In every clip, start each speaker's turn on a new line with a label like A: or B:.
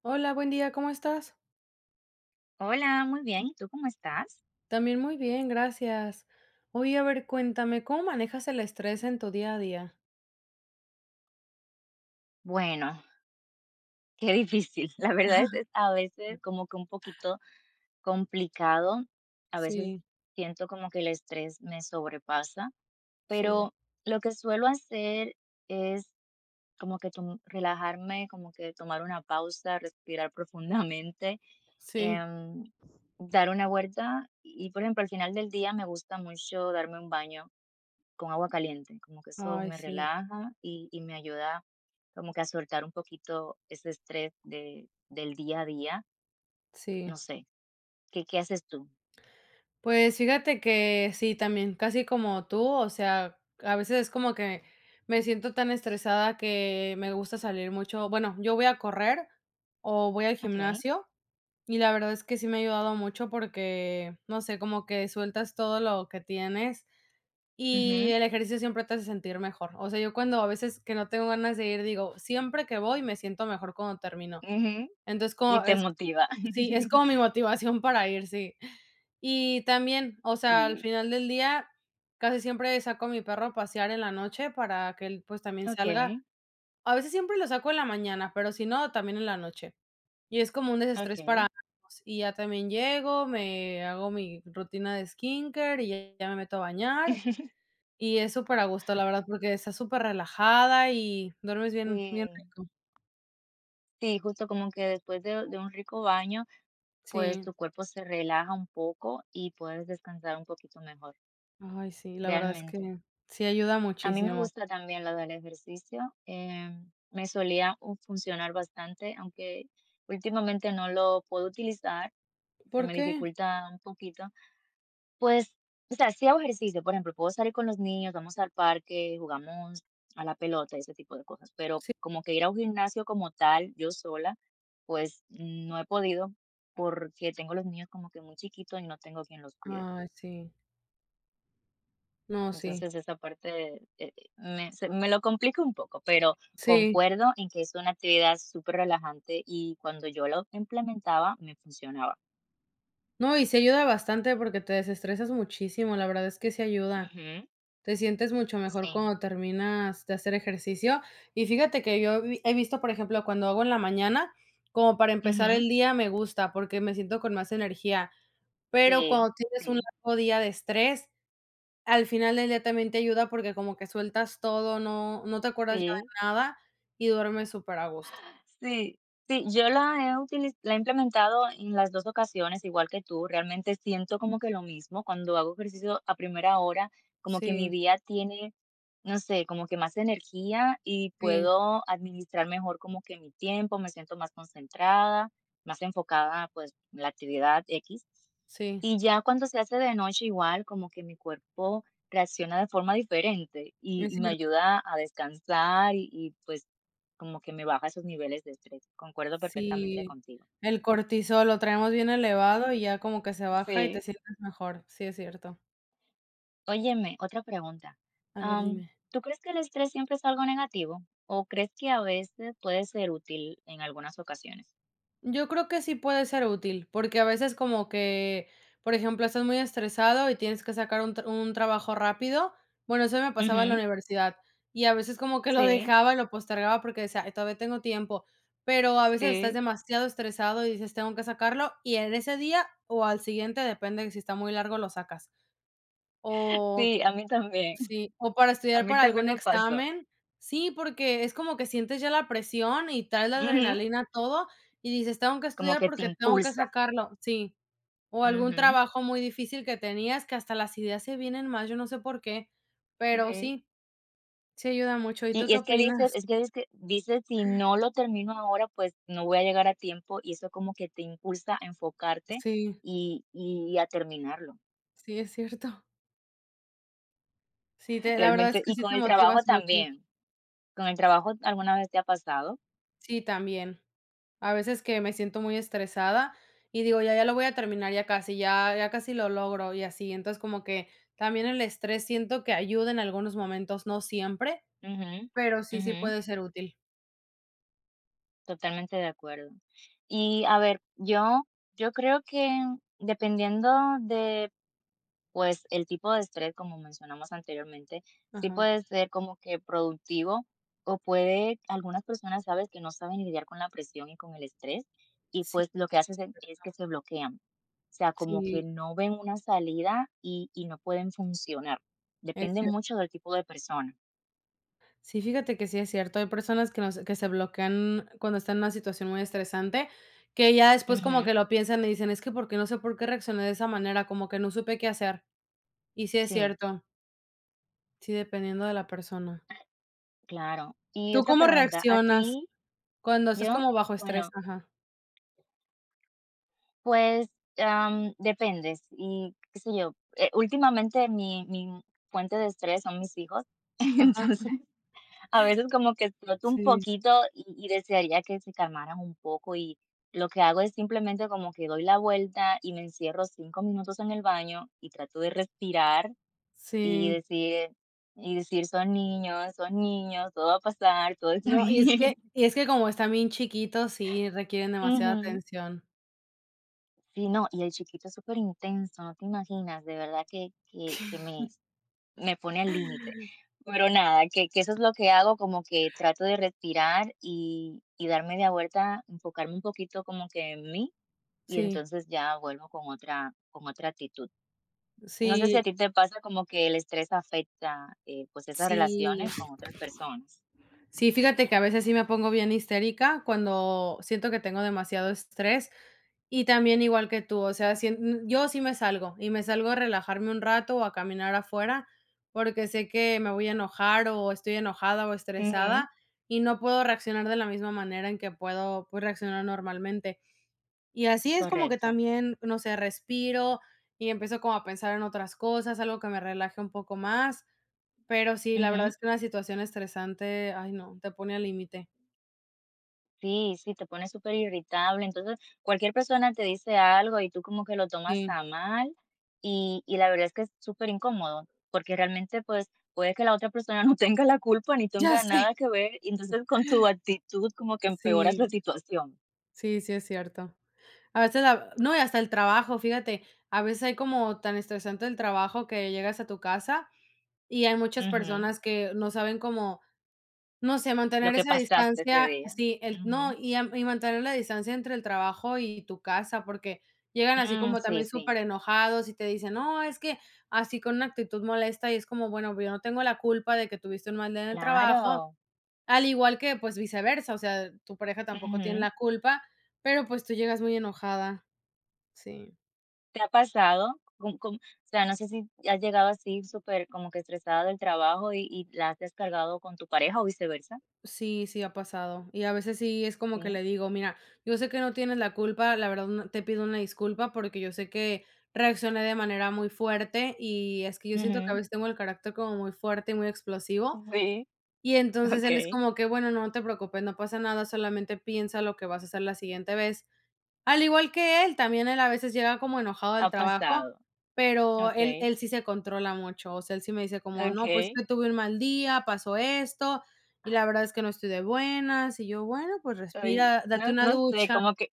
A: Hola, buen día, ¿cómo estás?
B: Hola, muy bien. ¿Y tú cómo estás?
A: También muy bien, gracias. Oye, a ver, cuéntame, ¿cómo manejas el estrés en tu día a día?
B: Bueno, qué difícil. La verdad es a veces como que un poquito complicado. A veces
A: Sí,
B: siento como que el estrés me sobrepasa,
A: sí,
B: pero lo que suelo hacer es como que relajarme, como que tomar una pausa, respirar profundamente,
A: sí.
B: em, dar una vuelta y, por ejemplo, al final del día me gusta mucho darme un baño con agua caliente, como que eso
A: Ay,
B: me
A: sí,
B: relaja y me ayuda como que a soltar un poquito ese estrés del día a día,
A: sí.
B: no sé, ¿qué haces tú?
A: Pues fíjate que sí, también, casi como tú, o sea, a veces es como que me siento tan estresada que me gusta salir mucho. Bueno, yo voy a correr o voy al
B: Ok,
A: gimnasio, y la verdad es que sí me ha ayudado mucho porque, no sé, como que sueltas todo lo que tienes. Y
B: ujú,
A: el ejercicio siempre te hace sentir mejor. O sea, yo cuando a veces que no tengo ganas de ir, digo, siempre que voy me siento mejor cuando termino.
B: ujú,
A: Entonces,
B: y
A: como
B: te
A: es
B: motiva.
A: sí, es como mi motivación para ir, sí. Y también, o sea, al
B: Y,
A: final del día casi siempre saco a mi perro a pasear en la noche para que él, pues, también
B: ok,
A: salga. A veces siempre lo saco en la mañana, pero si no, también en la noche. Y es como un desestrés para
B: ok.
A: ambos. Y ya también llego, me hago mi rutina de skincare y ya ya me meto a bañar, y es súper a gusto la verdad, porque estás súper relajada y duermes bien bien
B: Sí,
A: rico.
B: sí, justo como que después de un rico baño, pues
A: Sí.
B: tu cuerpo se relaja un poco y puedes descansar un poquito mejor,
A: Ay, sí, la verdad es
B: realmente.
A: que sí ayuda
B: A mí me
A: muchísimo.
B: gusta también lo del ejercicio. Me solía funcionar bastante, aunque últimamente no lo puedo utilizar, se
A: ¿Por
B: me
A: qué?
B: dificulta un poquito. Pues, o sea, sí hago ejercicio, por ejemplo, puedo salir con los niños, vamos al parque, jugamos a la pelota, ese tipo de cosas, pero
A: Sí.
B: como que ir a un gimnasio como tal, yo sola, pues no he podido porque tengo los niños como que muy chiquitos y no tengo quien los cuide.
A: Ay, sí. No, sí.
B: Entonces esa parte, me se me lo complica un poco, pero
A: Sí.
B: concuerdo en que es una actividad súper relajante y cuando yo lo implementaba me funcionaba.
A: No, y sí ayuda bastante porque te desestresas muchísimo, la verdad es que sí ayuda.
B: Ujú,
A: Te sientes mucho mejor
B: sí,
A: cuando terminas de hacer ejercicio. Y fíjate que yo vi he visto, por ejemplo, cuando hago en la mañana, como para empezar
B: ujú,
A: el día me gusta, porque me siento con más energía, pero
B: sí,
A: cuando tienes un
B: sí,
A: largo día de estrés, al final del día también te ayuda porque como que sueltas todo, no no te acuerdas ya
B: sí.
A: de nada y duermes súper a gusto.
B: Sí, sí, yo la he implementado en las dos ocasiones, igual que tú. Realmente siento como que lo mismo cuando hago ejercicio a primera hora, como que mi
A: Sí,
B: día tiene, no sé, como que más energía y
A: sí,
B: puedo administrar mejor como que mi tiempo, me siento más concentrada, más enfocada pues en la actividad X.
A: sí,
B: Y ya cuando se hace de noche igual, como que mi cuerpo reacciona de forma diferente y,
A: es
B: y me
A: cierto.
B: ayuda a descansar y, pues como que me baja esos niveles de estrés. Concuerdo perfectamente
A: Sí,
B: contigo.
A: el cortisol lo traemos bien elevado y ya como que se baja y te
B: Sí.
A: sientes mejor. Sí, es cierto.
B: Óyeme, otra pregunta.
A: A ver,
B: Am,
A: dime.
B: ¿Tú crees que el estrés siempre es algo negativo o crees que a veces puede ser útil en algunas ocasiones?
A: Yo creo que sí puede ser útil, porque a veces como que, por ejemplo, estás muy estresado y tienes que sacar un trabajo rápido. Bueno, eso me pasaba en la
B: Ujú,
A: universidad y a veces como que lo
B: sí,
A: dejaba lo postergaba porque decía: "Ay, todavía tengo tiempo". Pero a veces estás
B: sí,
A: demasiado estresado y dices, tengo que sacarlo, y en ese día o al siguiente, depende de si está muy largo, lo sacas. O
B: sí, a mí también.
A: Sí, o para
B: A
A: estudiar
B: mí
A: para
B: también
A: algún
B: me pasó.
A: examen. Sí, porque es como que sientes ya la presión y traes la
B: Ujú.
A: adrenalina, todo, y dices: "Tengo que
B: Como
A: estudiar
B: que te
A: porque tengo que
B: impulsa.
A: sacarlo". Sí, o algún
B: Ujú.
A: trabajo muy difícil que tenías, que hasta las ideas se vienen más, yo no sé por qué, pero
B: Sí.
A: sí, sí ayuda mucho. ¿Y
B: Sí,
A: tú
B: y
A: qué opinas?
B: es que dices: "Si no lo termino ahora, pues, no voy a llegar a tiempo", y eso como que te impulsa a enfocarte
A: Sí,
B: y a terminarlo.
A: sí, es cierto. Sí, te la verdad es
B: Realmente
A: que
B: y
A: sí
B: con
A: te
B: el trabajo
A: motivas mucho.
B: también. Con el trabajo, ¿alguna vez te ha pasado?
A: Sí, también. A veces que me siento muy estresada y digo: "Ya, ya lo voy a terminar, ya casi, ya casi lo logro", y así. Entonces, como que también el estrés siento que ayuda en algunos momentos, no siempre,
B: Ujú,
A: pero sí, sí
B: ujú,
A: puede ser útil.
B: totalmente de acuerdo. Y, a ver, yo creo que dependiendo de pues el tipo de estrés, como mencionamos anteriormente, sí
A: Ajá.
B: puede ser como que productivo o puede, algunas personas sabes que no saben lidiar con la presión y con el estrés y
A: Sí,
B: pues lo que hacen es que se bloquean. O sea, como
A: sí,
B: que no ven una salida y no pueden funcionar.
A: es
B: Depende
A: cierto.
B: mucho del tipo de persona.
A: Sí, fíjate que sí es cierto. Hay personas que se bloquean cuando están en una situación muy estresante, que ya después como
B: Ujú.
A: que lo piensan y dicen: "Es que porque no sé por qué reaccioné de esa manera, como que no supe qué hacer". Y sí es
B: Sí,
A: cierto, sí, dependiendo de la persona.
B: claro. Y
A: ¿Tú
B: otra
A: cómo
B: pregunta, ¿a
A: reaccionas?
B: ti,
A: Cuando estás
B: yo?
A: como bajo estrés,
B: Bueno,
A: ajá,
B: pues, depende, si, qué sé yo, últimamente mi fuente de estrés son mis hijos,
A: ajá,
B: entonces, a veces como que exploto un
A: sí,
B: poquito y desearía que se calmaran un poco, y lo que hago es simplemente como que doy la vuelta y me encierro 5 minutos en el baño y trato de respirar y
A: sí.
B: decir y decir: son niños, todo va a pasar, todo está
A: No, y es
B: bien".
A: que y es que como están bien chiquitos, sí requieren demasiada
B: Ujú.
A: atención.
B: Sí, no, y el chiquito es superintenso, no te imaginas, de verdad que me pone al límite. Pero nada, que eso es lo que hago, como que trato de respirar y dar media vuelta, enfocarme un poquito como que en mí, y
A: Sí,
B: entonces ya vuelvo con otra actitud. No sé si a
A: sí,
B: ti te pasa como que el estrés afecta, pues, esas
A: sí,
B: relaciones con otras personas.
A: sí, fíjate que a veces sí me pongo bien histérica cuando siento que tengo demasiado estrés. Y también igual que tú, o sea, sien yo sí me salgo, y me salgo a relajarme un rato o a caminar afuera, porque sé que me voy a enojar, o estoy enojada o
B: Ujú.
A: estresada, y no puedo reaccionar de la misma manera en que puedo, pues, reaccionar normalmente. Y así es como que
B: Correcto.
A: también, no sé, respiro y empiezo como a pensar en otras cosas, algo que me relaje un poco más, pero sí, la verdad
B: Ujú.
A: es que una situación estresante, ay no, te pone al límite.
B: Sí, sí, te pones súper irritable. Entonces, cualquier persona te dice algo y tú como que lo tomas
A: Sí,
B: a mal y la verdad es que es súper incómodo porque realmente pues puede que la otra persona no tenga la culpa ni
A: ya
B: tenga
A: sé.
B: nada que ver y entonces con tu actitud como que empeoras la
A: Sí,
B: situación.
A: sí, sí es cierto. A veces la no, y hasta el trabajo, fíjate, a veces hay como tan estresante el trabajo que llegas a tu casa, y hay muchas
B: Ujú.
A: personas que no saben cómo, no sé,
B: Lo
A: mantener
B: que
A: esa
B: pasaste ese
A: distancia,
B: día.
A: sí, el no,
B: Ujú.
A: y mantener la distancia entre el trabajo y tu casa, porque llegan así
B: Mm,
A: como
B: sí,
A: también
B: sí,
A: súper enojados y te dicen: "No, es que", así con una actitud molesta, y es como, bueno, yo no tengo la culpa de que tuviste un mal día en el trabajo,
B: claro.
A: al igual que, pues, viceversa, o sea, tu pareja tampoco tiene
B: Ujú.
A: la culpa, pero, pues, tú llegas muy enojada, sí.
B: ¿Te ha pasado? Com com O sea, no sé si has llegado así súper como que estresada del trabajo y la has descargado con tu pareja o viceversa.
A: Sí, sí ha pasado. Y a veces sí es como que
B: Sí.
A: le digo: "Mira, yo sé que no tienes la culpa, la verdad no te pido una disculpa porque yo sé que reaccioné de manera muy fuerte, y es que yo siento que a
B: Ujú.
A: veces tengo el carácter como muy fuerte y muy explosivo".
B: Sí,
A: Y entonces él es
B: okey.
A: como que: "Bueno, no te preocupes, no pasa nada, solamente piensa lo que vas a hacer la siguiente vez". Al igual que él, también él a veces llega como enojado del
B: Ha
A: trabajo,
B: pasado.
A: pero él
B: Okey,
A: él sí se controla mucho, o sea, él sí me dice como: "No, pues
B: okey.
A: que tuve un mal día, pasó esto, y la verdad es que no estoy de buenas", y yo: "Bueno, pues
B: Oye,
A: respira, date
B: no
A: una
B: no sé,
A: ducha".
B: como que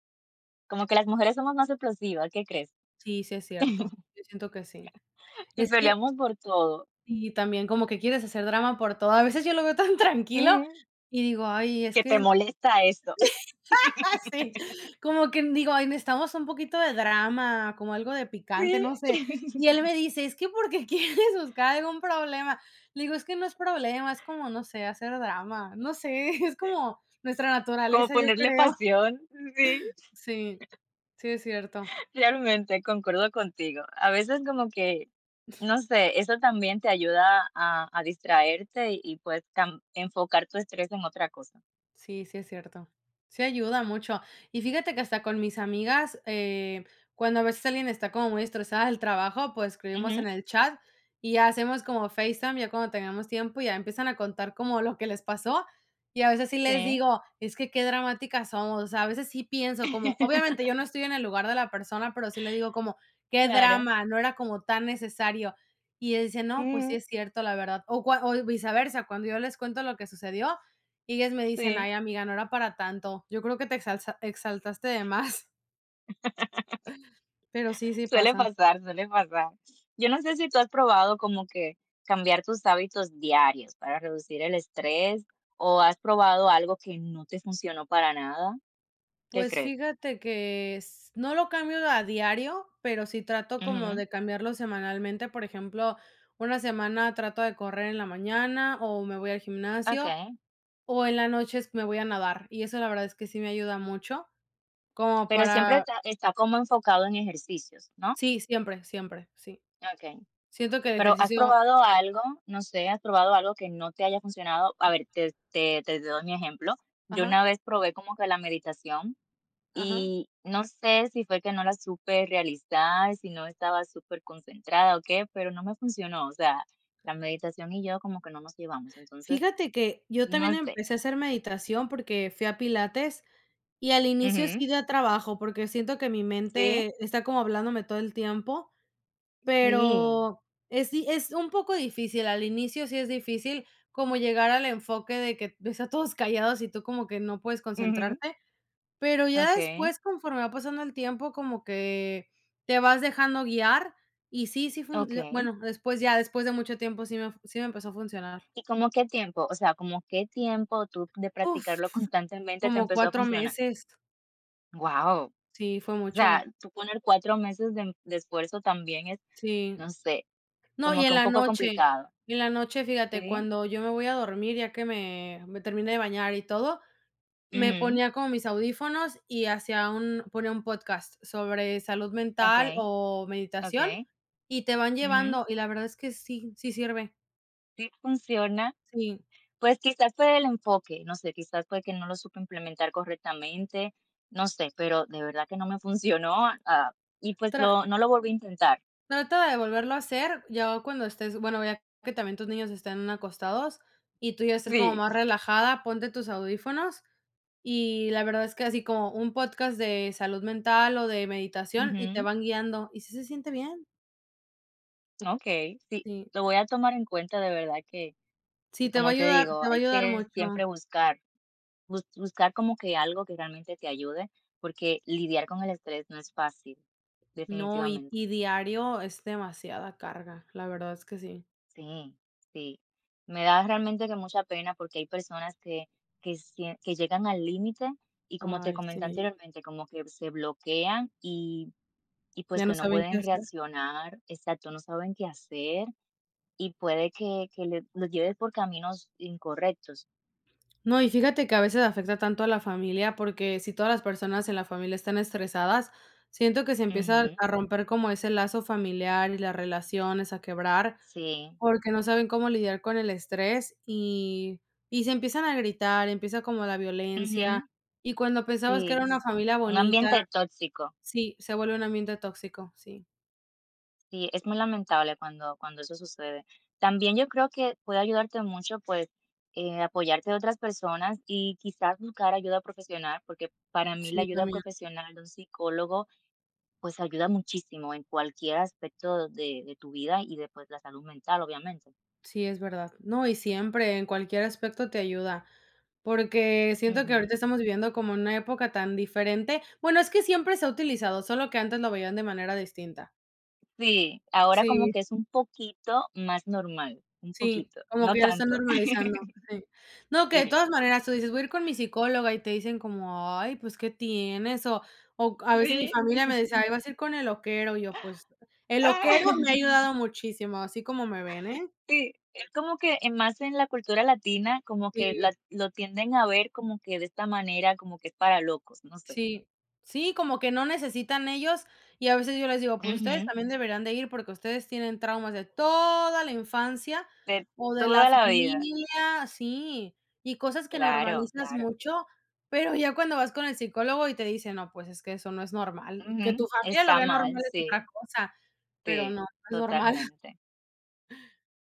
B: como que las mujeres somos más explosivas, ¿qué crees?
A: Sí, sí es cierto, yo siento que sí.
B: Y
A: Es que
B: peleamos por todo.
A: y también como que quieres hacer drama por todo. A veces yo lo veo tan tranquilo
B: Ujú.
A: y digo: "Ay, es
B: Que te
A: que".
B: molesta esto.
A: Ah, sí, como que digo: "Ay, necesitamos un poquito de drama, como algo de picante",
B: Sí.
A: no sé. Y él me dice: "Es que porque quieres buscar algún problema". Le digo: "Es que no es problema, es como, no sé, hacer drama". No sé, es como nuestra
B: Como
A: naturaleza, yo
B: ponerle
A: creo.
B: pasión. Sí.
A: Sí, sí es cierto.
B: Realmente concuerdo contigo. A veces como que, no sé, eso también te ayuda a distraerte y, pues enfocar tu estrés en otra cosa.
A: Sí, sí es cierto. Sí ayuda mucho. Y fíjate que hasta con mis amigas, cuando a veces alguien está como muy estresada del trabajo, pues escribimos
B: Ujú,
A: en el chat y ya hacemos como FaceTime ya cuando tengamos tiempo, ya empiezan a contar como lo que les pasó. Y a veces sí les
B: sí,
A: digo, es que qué dramáticas somos. O sea, a veces sí pienso como, obviamente yo no estoy en el lugar de la persona, pero sí le digo como, qué
B: claro.
A: drama, no era como tan necesario. Y él dice, no, pues sí
B: Mm,
A: es cierto, la verdad. O, viceversa, cuando yo les cuento lo que sucedió, y ellas me dicen:
B: sí,
A: "Ay, amiga, no era para tanto. Yo creo que te exalza exaltaste de más". Pero sí, sí
B: suele
A: pasa.
B: pasar, suele pasar. Yo no sé si tú has probado como que cambiar tus hábitos diarios para reducir el estrés o has probado algo que no te funcionó para nada. ¿Qué
A: Pues
B: crees?
A: fíjate que s no lo cambio a diario, pero sí trato como
B: Ujú.
A: de cambiarlo semanalmente. Por ejemplo, una semana trato de correr en la mañana, o me voy al
B: Ok.
A: gimnasio, o en la noche es me voy a nadar. Y eso la verdad es que sí me ayuda mucho, como
B: Pero siempre
A: para
B: está como enfocado en ejercicios, ¿no?
A: sí, siempre, siempre, sí.
B: Ok.
A: Siento que el
B: Pero ¿has
A: ejercicio,
B: probado algo? No sé, ¿has probado algo que no te haya funcionado? A ver, te doy mi ejemplo. Yo
A: ajá,
B: una vez probé como que la meditación
A: ajá.
B: y no sé si fue que no la supe realizar, si no estaba súper concentrada o qué, pero no me funcionó. O sea, la meditación y yo como que no nos llevamos. Entonces,
A: Fíjate que yo también
B: no sé.
A: empecé a hacer meditación porque fui a Pilates, y al inicio
B: Ujú.
A: sí da trabajo, porque siento que mi
B: Sí,
A: mente está como hablándome todo el tiempo,
B: sí.
A: pero es un poco difícil, al inicio sí es difícil como llegar al enfoque de que ves a todos callados y tú como que no puedes
B: Ujú.
A: concentrarte, pero ya
B: Ok,
A: después, conforme va pasando el tiempo, como que te vas dejando guiar, y sí, sí
B: ok.
A: fun bueno, después ya, después de mucho tiempo sí me empezó a funcionar.
B: ¿Y como qué tiempo? O sea, como qué tiempo tú de
A: Uf.
B: practicarlo constantemente te
A: Como
B: empezó a
A: 4
B: funcionar?
A: meses.
B: Wow. O
A: Sí, fue
B: sea,
A: mucho.
B: tú poner 4 meses de esfuerzo también es,
A: Sí.
B: no sé,
A: No, y
B: como
A: en
B: que un
A: la
B: poco
A: noche,
B: complicado,
A: fíjate,
B: ¿sí?
A: cuando yo me voy a dormir, ya que me terminé de bañar y todo, me
B: Ujú.
A: ponía como mis audífonos y hacía un ponía un podcast sobre salud mental
B: Okey,
A: o meditación,
B: okey.
A: y te van
B: Ujú.
A: llevando, y la verdad es que sí, sí sirve.
B: Sí funciona.
A: Sí.
B: Pues, quizás fue el enfoque, no sé, quizás fue que no lo supe implementar correctamente, no sé, pero de verdad que no me funcionó, ah, y pues
A: Tra
B: lo no lo volví a intentar.
A: Trata de volverlo a hacer ya cuando estés, bueno, ya que también tus niños estén acostados y tú ya estés como
B: Sí.
A: más relajada, ponte tus audífonos, y la verdad es que así como un podcast de salud mental o de meditación, y te
B: Ujú.
A: van guiando, y si se siente bien,
B: Okey, sí,
A: sí.
B: lo voy a tomar en cuenta, de verdad que
A: Sí,
B: que
A: te va a
B: como te
A: ayudar
B: digo,
A: te va a
B: hay
A: ayudar
B: que siempre
A: mucho.
B: buscar como que algo que realmente te ayude, porque lidiar con el estrés no es fácil,
A: No, y
B: definitivamente.
A: y diario es demasiada carga, la verdad es que sí.
B: Sí, sí. Me da realmente que mucha pena porque hay personas que llegan al límite y, como te
A: Ay,
B: comenté
A: sí,
B: anteriormente, como que se bloquean y, pues,
A: ya no
B: que no
A: saben qué
B: pueden
A: hacer.
B: reaccionar, exacto, no saben qué hacer y puede que le los lleves por caminos incorrectos.
A: No, y fíjate que a veces afecta tanto a la familia, porque si todas las personas en la familia están estresadas, siento que se empieza
B: Ujú,
A: a romper como ese lazo familiar y las relaciones a quebrar,
B: sí,
A: porque no saben cómo lidiar con el estrés y se empiezan a gritar, empieza como la violencia,
B: ujú,
A: y cuando pensabas que
B: sí,
A: era una
B: es
A: familia
B: un
A: bonita,
B: ambiente tóxico.
A: sí, se vuelve un ambiente tóxico, sí,
B: Sí, es muy lamentable cuando eso sucede. También yo creo que puede ayudarte mucho, pues, apoyarte de otras personas y quizás buscar ayuda profesional, porque para mí la
A: sí,
B: ayuda
A: también,
B: profesional de un psicólogo, pues, ayuda muchísimo en cualquier aspecto de tu vida y de, pues, la salud mental, obviamente.
A: sí, es verdad. No, y siempre, en cualquier aspecto te ayuda. Porque siento que ahorita
B: Ujú.
A: estamos viviendo como una época tan diferente. Bueno, es que siempre se ha utilizado, solo que antes lo veían de manera distinta.
B: Sí, ahora como
A: Sí,
B: que es un poquito más normal, un
A: sí,
B: poquito,
A: como
B: no
A: que ya lo están
B: tanto.
A: normalizando, sí. No, que de
B: Sí.
A: todas maneras tú dices: "Voy a ir con mi psicóloga", y te dicen como: "Ay, pues, ¿qué tienes?". O a veces mi
B: Sí.
A: familia me dice: "Ay, vas a ir con el loquero", y yo: "Pues, el loquero me ha ayudado muchísimo, así como me ven, ¿eh?".
B: Sí, es como que en más en la cultura latina, como que la
A: Sí.
B: lo tienden a ver como que de esta manera, como que es para locos, no sé.
A: Sí, sí, como que no necesitan ellos, y a veces yo les digo: "Pues ustedes
B: Ujú.
A: también deberían de ir, porque ustedes tienen traumas de toda la infancia
B: De
A: o de la
B: toda la vida.
A: familia", sí, y cosas que
B: Claro,
A: normalizas
B: claro.
A: mucho, pero ya cuando vas con el psicólogo y te dice: "No, pues es que eso no es normal", que
B: Ujú.
A: tu familia lo
B: Está
A: vea
B: mal,
A: normal es otra
B: sí,
A: cosa, pero
B: sí,
A: no, no es normal.
B: totalmente.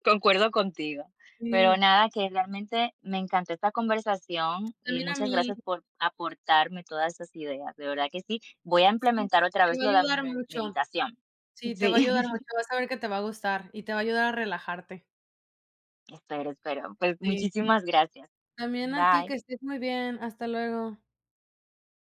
B: Concuerdo contigo. Pero
A: Sí,
B: nada, que realmente me encantó esta conversación y
A: también a
B: muchas
A: mí,
B: gracias por aportarme todas esas ideas. De verdad que sí. Voy a
A: sí,
B: implementar otra
A: te
B: vez
A: va a
B: lo de
A: ayudar
B: la
A: mucho,
B: meditación.
A: sí, te va a ayudar mucho,
B: Sí,
A: vas a ver que te va a gustar y te va a ayudar a relajarte.
B: espero, espero. Pues
A: Sí.
B: muchísimas gracias.
A: También a ti, que
B: Bye.
A: estés muy bien. Hasta luego.